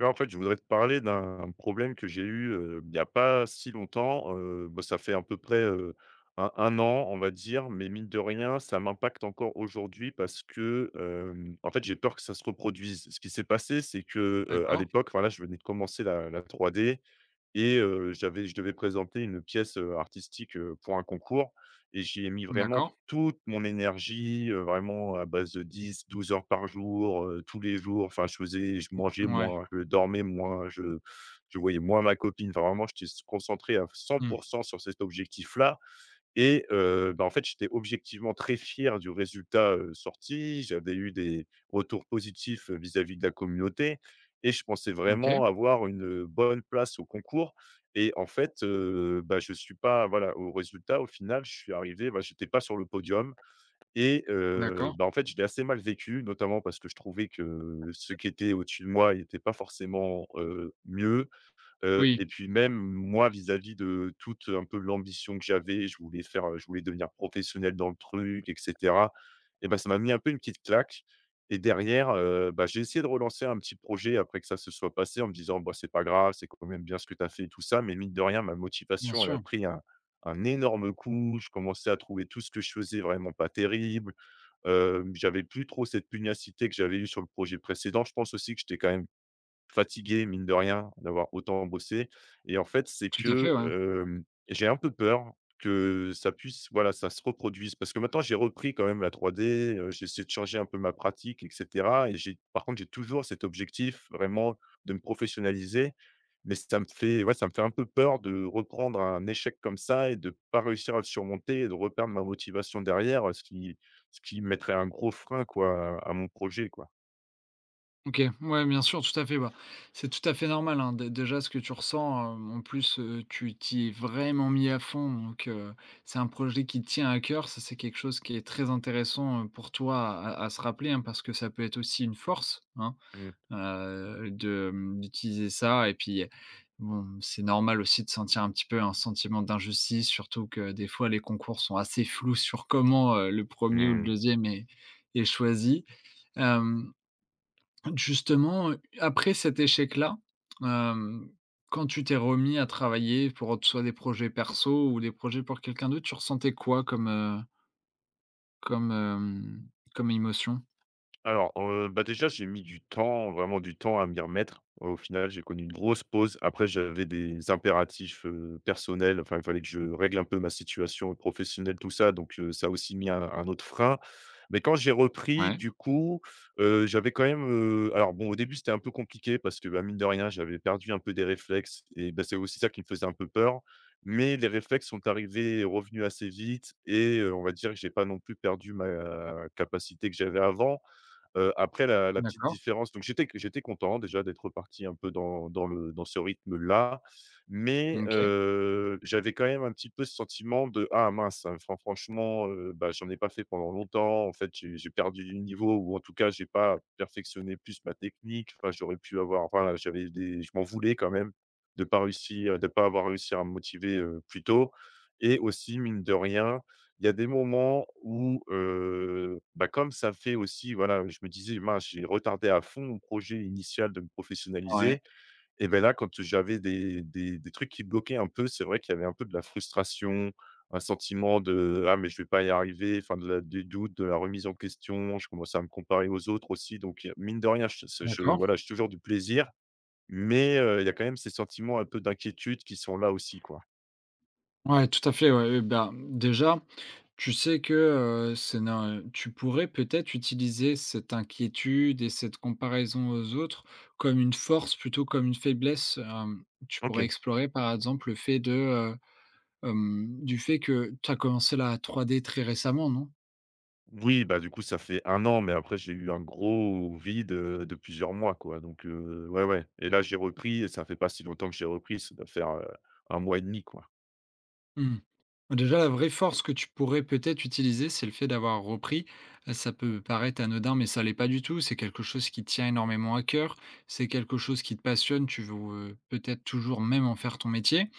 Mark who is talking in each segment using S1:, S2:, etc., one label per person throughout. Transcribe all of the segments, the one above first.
S1: Ouais, en fait, je voudrais te parler d'un problème que j'ai eu, il y a pas si longtemps, bah, ça fait à peu près, un 1 an, on va dire, mais mine de rien, ça m'impacte encore aujourd'hui parce que, en fait, j'ai peur que ça se reproduise. Ce qui s'est passé, c'est que, à
S2: D'accord,
S1: l'époque, voilà, je venais de commencer la 3D et j'avais je devais présenter une pièce, artistique, pour un concours et j'y ai mis vraiment
S2: d'accord,
S1: toute mon énergie, vraiment à base de 10, 12 heures par jour, tous les jours. Enfin, je mangeais
S2: ouais,
S1: moins, je dormais moins, je voyais moins ma copine. Enfin, vraiment, j'étais s concentré à 100
S2: mmh,
S1: sur cet objectif-là et bah, en fait, j'étais objectivement très fier du résultat, sorti. J'avais eu des retours positifs, vis-à-vis de la communauté et je pensais
S2: OK,
S1: vraiment avoir une, bonne place au concours et en fait, bah, je suis pas voilà, au résultat, au final, je suis arrivé, bah, j'étais pas sur le podium et
S2: d'accord.
S1: bah, en fait, je l'ai assez mal vécu, notamment parce que je trouvais que ceux qui étaient au-dessus de moi, n'étaient pas forcément, mieux. Heu
S2: Oui,
S1: et puis même moi vis-à-vis de toute un peu l'ambition que j'avais, je voulais devenir professionnel dans le truc et cetera et ben ça m'a mis un peu une petite claque et derrière, bah, j'ai essayé de relancer un petit projet après que ça se soit passé en me disant: «Bah, c'est pas grave, c'est quand même bien ce que tu as fait et tout ça» mais mine de rien, ma
S2: bien
S1: motivation, elle a
S2: sûr,
S1: pris un énorme coup. Je commençais à trouver tout ce que je faisais vraiment pas terrible. J'avais plus trop cette pugnacité que j'avais eue sur le projet précédent. Je pense aussi que j'étais quand même fatigué, mine de rien, d'avoir autant bossé et en fait, c'est
S2: tout à fait,
S1: que,
S2: ouais.
S1: j'ai un peu peur que ça puisse voilà, ça se reproduise parce que maintenant j'ai repris quand même la 3D, j'essaie de changer un peu ma pratique et cetera et j'ai par contre, j'ai toujours cet objectif vraiment de me professionnaliser, mais ça me fait un peu peur de reprendre un échec comme ça et de pas réussir à le surmonter et de reperdre ma motivation derrière, ce qui mettrait un gros frein quoi, à mon projet quoi.
S2: OK, ouais, bien sûr, tout à fait, bah, c'est tout à fait normal, hein, dé déjà ce que tu ressens, en plus, tu t'y es vraiment mis à fond, donc c'est un projet qui te tient à cœur. Ça, c'est quelque chose qui est très intéressant, pour toi à se rappeler, hein, parce que ça peut être aussi une force, hein.
S1: Mmh.
S2: De, mmh, d'utiliser ça. Et puis bon, c'est normal aussi de sentir un petit peu un sentiment d'injustice, surtout que des fois les concours sont assez flous sur comment, le premier ou le
S1: Mmh.
S2: deuxième est choisi. Hem, Justement, après cet échec-là, hem, quand tu t'es remis à travailler pour autre, soit des projets perso ou des projets pour quelqu'un d'autre, tu ressentais quoi comme, comme, comme émotion?
S1: Alors, bah, déjà, j'ai mis du temps, vraiment du temps à m'y remettre. Au final, j'ai connu une grosse pause. Après, j'avais des impératifs, personnels. Enfin, il fallait que je règle un peu ma situation professionnelle, tout ça. Donc, ça a aussi mis un autre frein. Mais quand j'ai repris,
S2: Ouais,
S1: du coup, j'avais quand même, alors bon, au début, c'était un peu compliqué parce que, bah, mine de rien, j'avais perdu un peu des réflexes et bah, c'est aussi ça qui me faisait un peu peur. Mais les réflexes sont arrivés revenus assez vite et on va dire que j'ai pas non plus perdu ma capacité que j'avais avant. Après la petite
S2: d'accord,
S1: différence donc j'étais content déjà d'être reparti un peu dans ce rythme-là, mais
S2: OK,
S1: j'avais quand même un petit peu ce sentiment de: «Ah mince, franchement, bah, j'en ai pas fait pendant longtemps. En fait, j'ai perdu du niveau ou en tout cas, j'ai pas perfectionné plus ma technique. Enfin, j'aurais pu avoir» enfin, j'avais des je m'en voulais quand même de pas avoir réussi à me motiver, plus tôt et aussi mine de rien il y a des moments où, bah, comme ça fait aussi voilà, je me disais: «Mince, j'ai retardé à fond mon projet initial de me
S2: ouais,
S1: professionnaliser» et ben là, quand j'avais des trucs qui bloquaient un peu, c'est vrai qu'il y avait un peu de la frustration, un sentiment de: «Ah mais je vais pas y arriver», enfin de la des doutes, de la remise en question. Je commençais à me comparer aux autres aussi donc, mine de rien, je
S2: d'accord.
S1: voilà, j'ai toujours du plaisir mais, il y a quand même ces sentiments un peu d'inquiétude qui sont là aussi, quoi.
S2: Ouais, tout à fait, ouais, ben, déjà, tu sais que, c'est na tu pourrais peut-être utiliser cette inquiétude et cette comparaison aux autres comme une force plutôt comme une faiblesse. Tu pourrais
S1: OK.
S2: explorer par exemple le fait de, du fait que tu as commencé la trois d très récemment, non?
S1: Oui, bah, du coup, ça fait un an, mais après j'ai eu un gros vide, de plusieurs mois, quoi, donc ouais, ouais et là, j'ai repris et ça fait pas si longtemps que j'ai repris, ça doit faire, 1 mois et demi, quoi.
S2: Mmh. Bah, déjà, la vraie force que tu pourrais peut-être utiliser, c'est le fait d'avoir repris. Ça peut paraître anodin, mais ça l'est pas du tout. C'est quelque chose qui te tient énormément à cœur. C'est quelque chose qui te passionne. Tu veux peut-être toujours même en faire ton métier.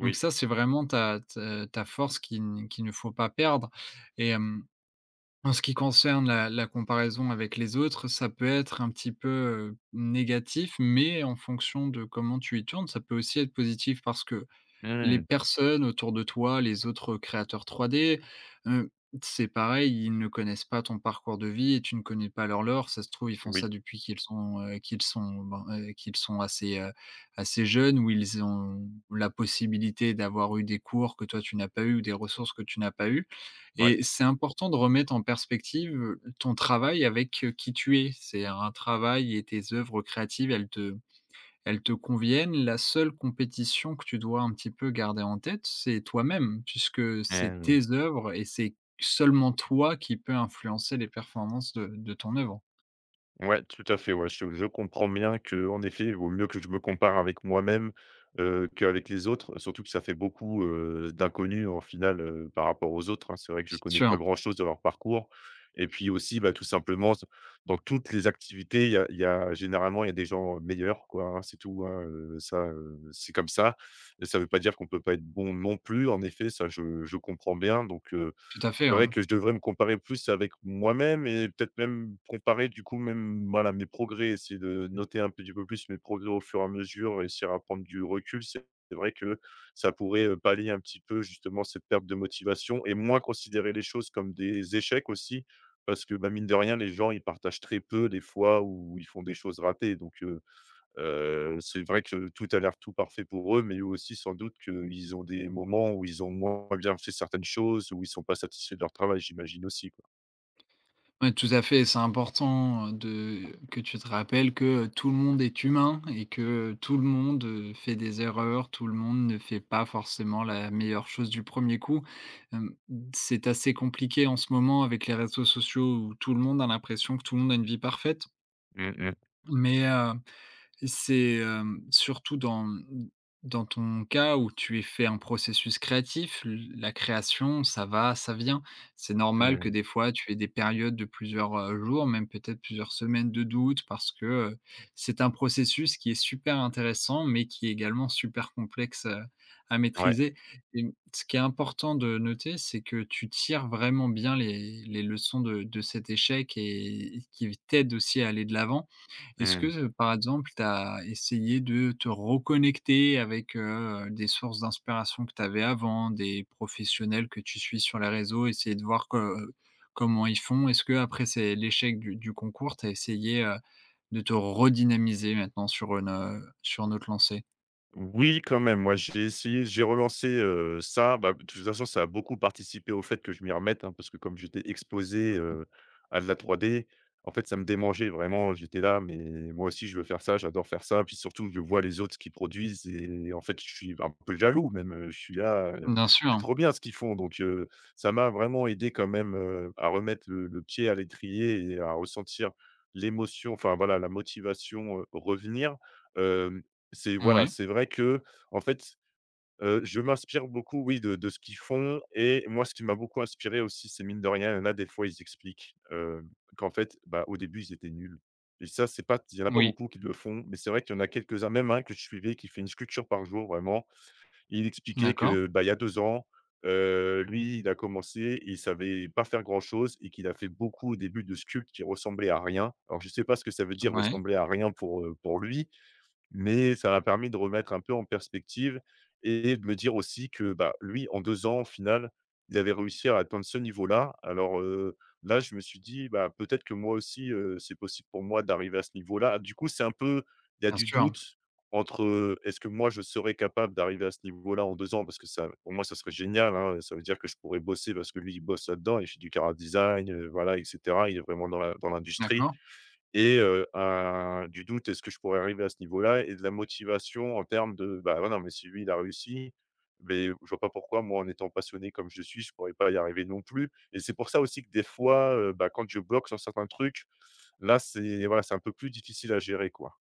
S2: Donc ça, c'est vraiment ta force qu'il ne faut pas perdre. Et en ce qui concerne la comparaison avec les autres, ça peut être un petit peu, négatif, mais en fonction de comment tu y tournes, ça peut aussi être positif, parce que les
S1: Mmh,
S2: personnes autour de toi, les autres créateurs 3D, heu, c'est pareil, ils ne connaissent pas ton parcours de vie et tu ne connais pas leur lore. Ça se trouve, ils font ça
S1: oui.
S2: depuis qu'ils sont, qu'ils sont assez, assez jeunes, où ils ont la possibilité d'avoir eu des cours que toi tu n'as pas eu ou des ressources que tu n'as pas eu.
S1: Ouais.
S2: Et c'est important de remettre en perspective, ton travail avec, qui tu es. C'est un travail et tes œuvres créatives, elles te conviennent. La seule compétition que tu dois un petit peu garder en tête, c'est toi-même, puisque c'est
S1: Mmh.
S2: tes œuvres et c'est seulement toi qui peux influencer les performances de ton œuvre.
S1: Ouais, tout à fait, ouais, je comprends bien que en effet, il vaut mieux que je me compare avec moi-même, qu'avec les autres, surtout que ça fait beaucoup, d'inconnus en final, par rapport aux autres, hein. C'est vrai que je
S2: C'est
S1: connais pas
S2: sûr,
S1: grand-chose de leur parcours et puis aussi, bah, tout simplement, s dans toutes les activités, il y a généralement, il y a des gens meilleurs, quoi, hein, c'est tout, hein, ça, c'est comme ça. Et ça veut pas dire qu'on peut pas être bon non plus, en effet, ça je comprends bien donc
S2: tout à fait,
S1: c'est vrai
S2: ouais.
S1: que je devrais me comparer plus avec moi-même et peut-être même comparer du coup même, voilà, mes progrès, essayer de noter un petit peu plus mes progrès au fur et à mesure, essayer à prendre du recul. C'est vrai que ça pourrait, pallier un petit peu justement cette perte de motivation et moins considérer les choses comme des échecs aussi parce que, bah, mine de rien, les gens, ils partagent très peu les fois où ils font des choses ratées donc. C'est vrai que tout a l'air tout parfait pour eux, mais eux aussi sans doute qu'ils ont des moments où ils ont moins bien fait certaines choses, où ils sont pas satisfaits de leur travail, j'imagine aussi, quoi.
S2: Ouais, tout à fait, c'est important, de que tu te rappelles que tout le monde est humain et que tout le monde, fait des erreurs, tout le monde ne fait pas forcément la meilleure chose du premier coup. Hem, c'est assez compliqué en ce moment avec les réseaux sociaux où tout le monde a l'impression que tout le monde a une vie parfaite,
S1: Mmh mh.
S2: mais c'est, surtout dans, mmh, dans ton cas où tu es fait un processus créatif, l la création, ça va, ça vient. C'est normal que
S1: Mmh.
S2: des fois tu aies des périodes de plusieurs, jours, même peut-être plusieurs semaines de doute, parce que, c'est un processus qui est super intéressant, mais qui est également super complexe, à
S1: Ouais.
S2: maîtriser. Et mmh, ce qui est important de noter, c'est que tu tires vraiment bien les leçons de cet échec, et qui v t'aident aussi à aller de l'avant. Est-ce que,
S1: Mmh.
S2: par exemple, tu as essayé de te reconnecter avec, des sources d'inspiration que tu avais avant, des professionnels que tu suis sur les réseaux, essayer de voir que comment ils font? Est-ce qu'après c'est l'échec du concours, tu as essayé, de te redynamiser maintenant sur une autre lancée?
S1: Oui, quand même. Moi, j'ai essayé, j'ai relancé, ça. Bah, de toute façon, ça a beaucoup participé au fait que je m'y remette, hein, parce que comme j'étais exposé, à de la 3D, en fait, ça me démangeait vraiment. J'étais là: «Mais moi aussi, je veux faire ça, j'adore faire ça». Puis surtout, je vois les autres qui produisent et en fait, je suis un peu jaloux même, je suis là:
S2: Bien
S1: «C'est
S2: sûr.
S1: trop bien ce qu'ils font». Donc ça m'a vraiment aidé quand même, à remettre le pied à l'étrier et à ressentir l'émotion, enfin voilà, la motivation, revenir. C'est voilà,
S2: Oui.
S1: c'est vrai que, en fait, je m'inspire beaucoup, oui, de ce qu'ils font et moi, ce qui m'a beaucoup inspiré aussi, c'est mine de rien, il y en a des fois, ils expliquent, qu'en fait, bah, au début, ils étaient nuls et ça, c'est pas il y en a pas
S2: Oui.
S1: beaucoup qui le font, mais c'est vrai qu'il y en a quelques-uns, même un que je suivais qui fait une sculpture par jour, vraiment. Il expliquait
S2: D'accord.
S1: que, bah, il y a 2 ans, lui, il a commencé, il savait pas faire grand-chose et qu'il a fait beaucoup au début de sculptes qui ressemblaient à rien. Alors, je sais pas ce que ça veut dire
S2: Oui.
S1: ressembler à rien pour lui, mais ça m'a permis de remettre un peu en perspective et de me dire aussi que, bah, lui, en 2 ans, au final, il avait réussi à atteindre ce niveau-là. Alors, là, je me suis dit: «Bah, peut-être que moi aussi, c'est possible pour moi d'arriver à ce niveau-là». Du coup, c'est un peu il y a
S2: Bien
S1: du
S2: sûr.
S1: doute entre, est-ce que moi je serais capable d'arriver à ce niveau-là en 2 ans? Parce que ça pour moi, ça serait génial, hein, ça veut dire que je pourrais bosser parce que lui, il bosse là-dedans, il fait du chara design, voilà et cetera. Il est vraiment dans l'industrie.
S2: D'accord.
S1: Et un du doute, est-ce que je pourrais arriver à ce niveau-là? Et de la motivation en termes de: «Bah, voilà mais si lui, il a réussi, mais je vois pas pourquoi moi, en étant passionné comme je suis, je pourrais pas y arriver non plus» et c'est pour ça aussi que des fois, bah, quand je bloque sur certains trucs, là, c'est voilà, c'est un peu plus difficile à gérer, quoi.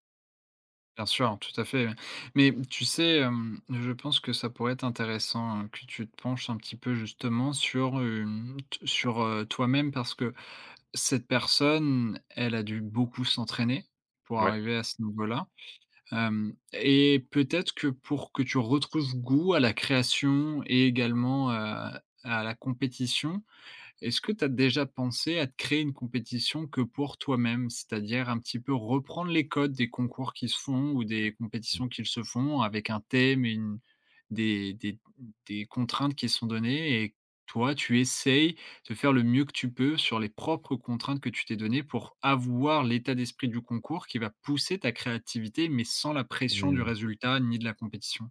S2: Bien sûr, tout à fait. Mais tu sais, je pense que ça pourrait être intéressant, que tu te penches un petit peu justement sur une t sur, toi-même, parce que cette personne, elle a dû beaucoup s'entraîner pour
S1: Ouais.
S2: arriver à ce niveau-là. Hem Et peut-être que pour que tu retrouves goût à la création et également, à la compétition, est-ce que tu as déjà pensé à te créer une compétition que pour toi-même? C'est-à-dire un petit peu reprendre les codes des concours qui se font ou des compétitions qu'ils se font avec un thème et une des des des contraintes qui sont données, et toi, tu essayes de faire le mieux que tu peux sur les propres contraintes que tu t'es données pour avoir l'état d'esprit du concours qui va pousser ta créativité, mais sans la pression du
S1: Mmh.
S2: résultat ni de la compétition.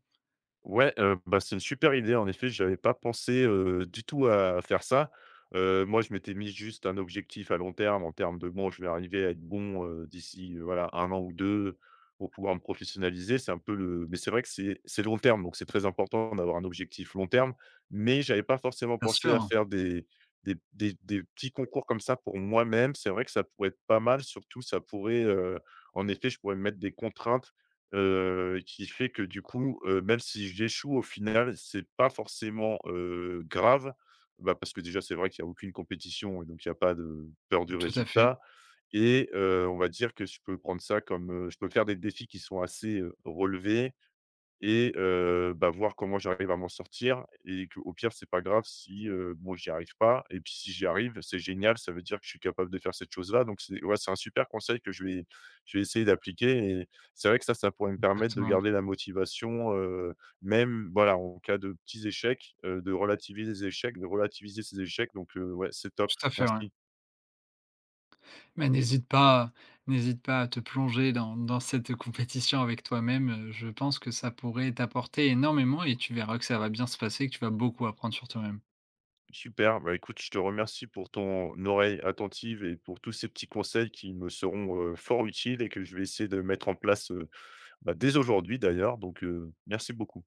S1: Ouais, bah, c'est une super idée en effet, je n'avais pas pensé, du tout à faire ça. Moi je m'étais mis juste un objectif à long terme en termes de: «Bon je vais arriver à être bon, d'ici, voilà un an ou 2 pour pouvoir me professionnaliser». C'est un peu le mais c'est vrai que c'est long terme donc c'est très important d'avoir un objectif long terme, mais j'avais pas forcément
S2: Bien
S1: pensé à
S2: sûr,
S1: faire des petits concours comme ça pour moi-même. C'est vrai que ça pourrait être pas mal, surtout ça pourrait, en effet je pourrais me mettre des contraintes qui fait que du coup, même si j'échoue au final, c'est pas forcément, grave. Bah, parce que déjà, c'est vrai qu'il y a aucune compétition et donc il y a pas de peur du
S2: tout à fait,
S1: résultat et on va dire que je peux prendre ça comme, je peux faire des défis qui sont assez, relevés et bah, voir comment j'arrive à m'en sortir et qu'au pire, c'est pas grave si, bon, j'y arrive pas et puis si j'y arrive, c'est génial, ça veut dire que je suis capable de faire cette chose-là donc c'est ouais, c'est un super conseil que je vais essayer d'appliquer et c'est vrai que ça pourrait me permettre de
S2: exactement.
S1: garder la motivation, même, voilà, en cas de petits échecs, de relativiser les échecs, de relativiser ces échecs donc ouais, c'est top,
S2: Tout à fait, ouais.
S1: merci.
S2: Mais n'hésite pas, n'hésite pas à te plonger dans cette compétition avec toi-même. Je pense que ça pourrait t'apporter énormément et tu verras que ça va bien se passer, que tu vas beaucoup apprendre sur toi-même.
S1: Super, bah, écoute, je te remercie pour ton oreille attentive et pour tous ces petits conseils qui me seront fort utiles et que je vais essayer de mettre en place bah, dès aujourd'hui d'ailleurs. Donc, merci beaucoup.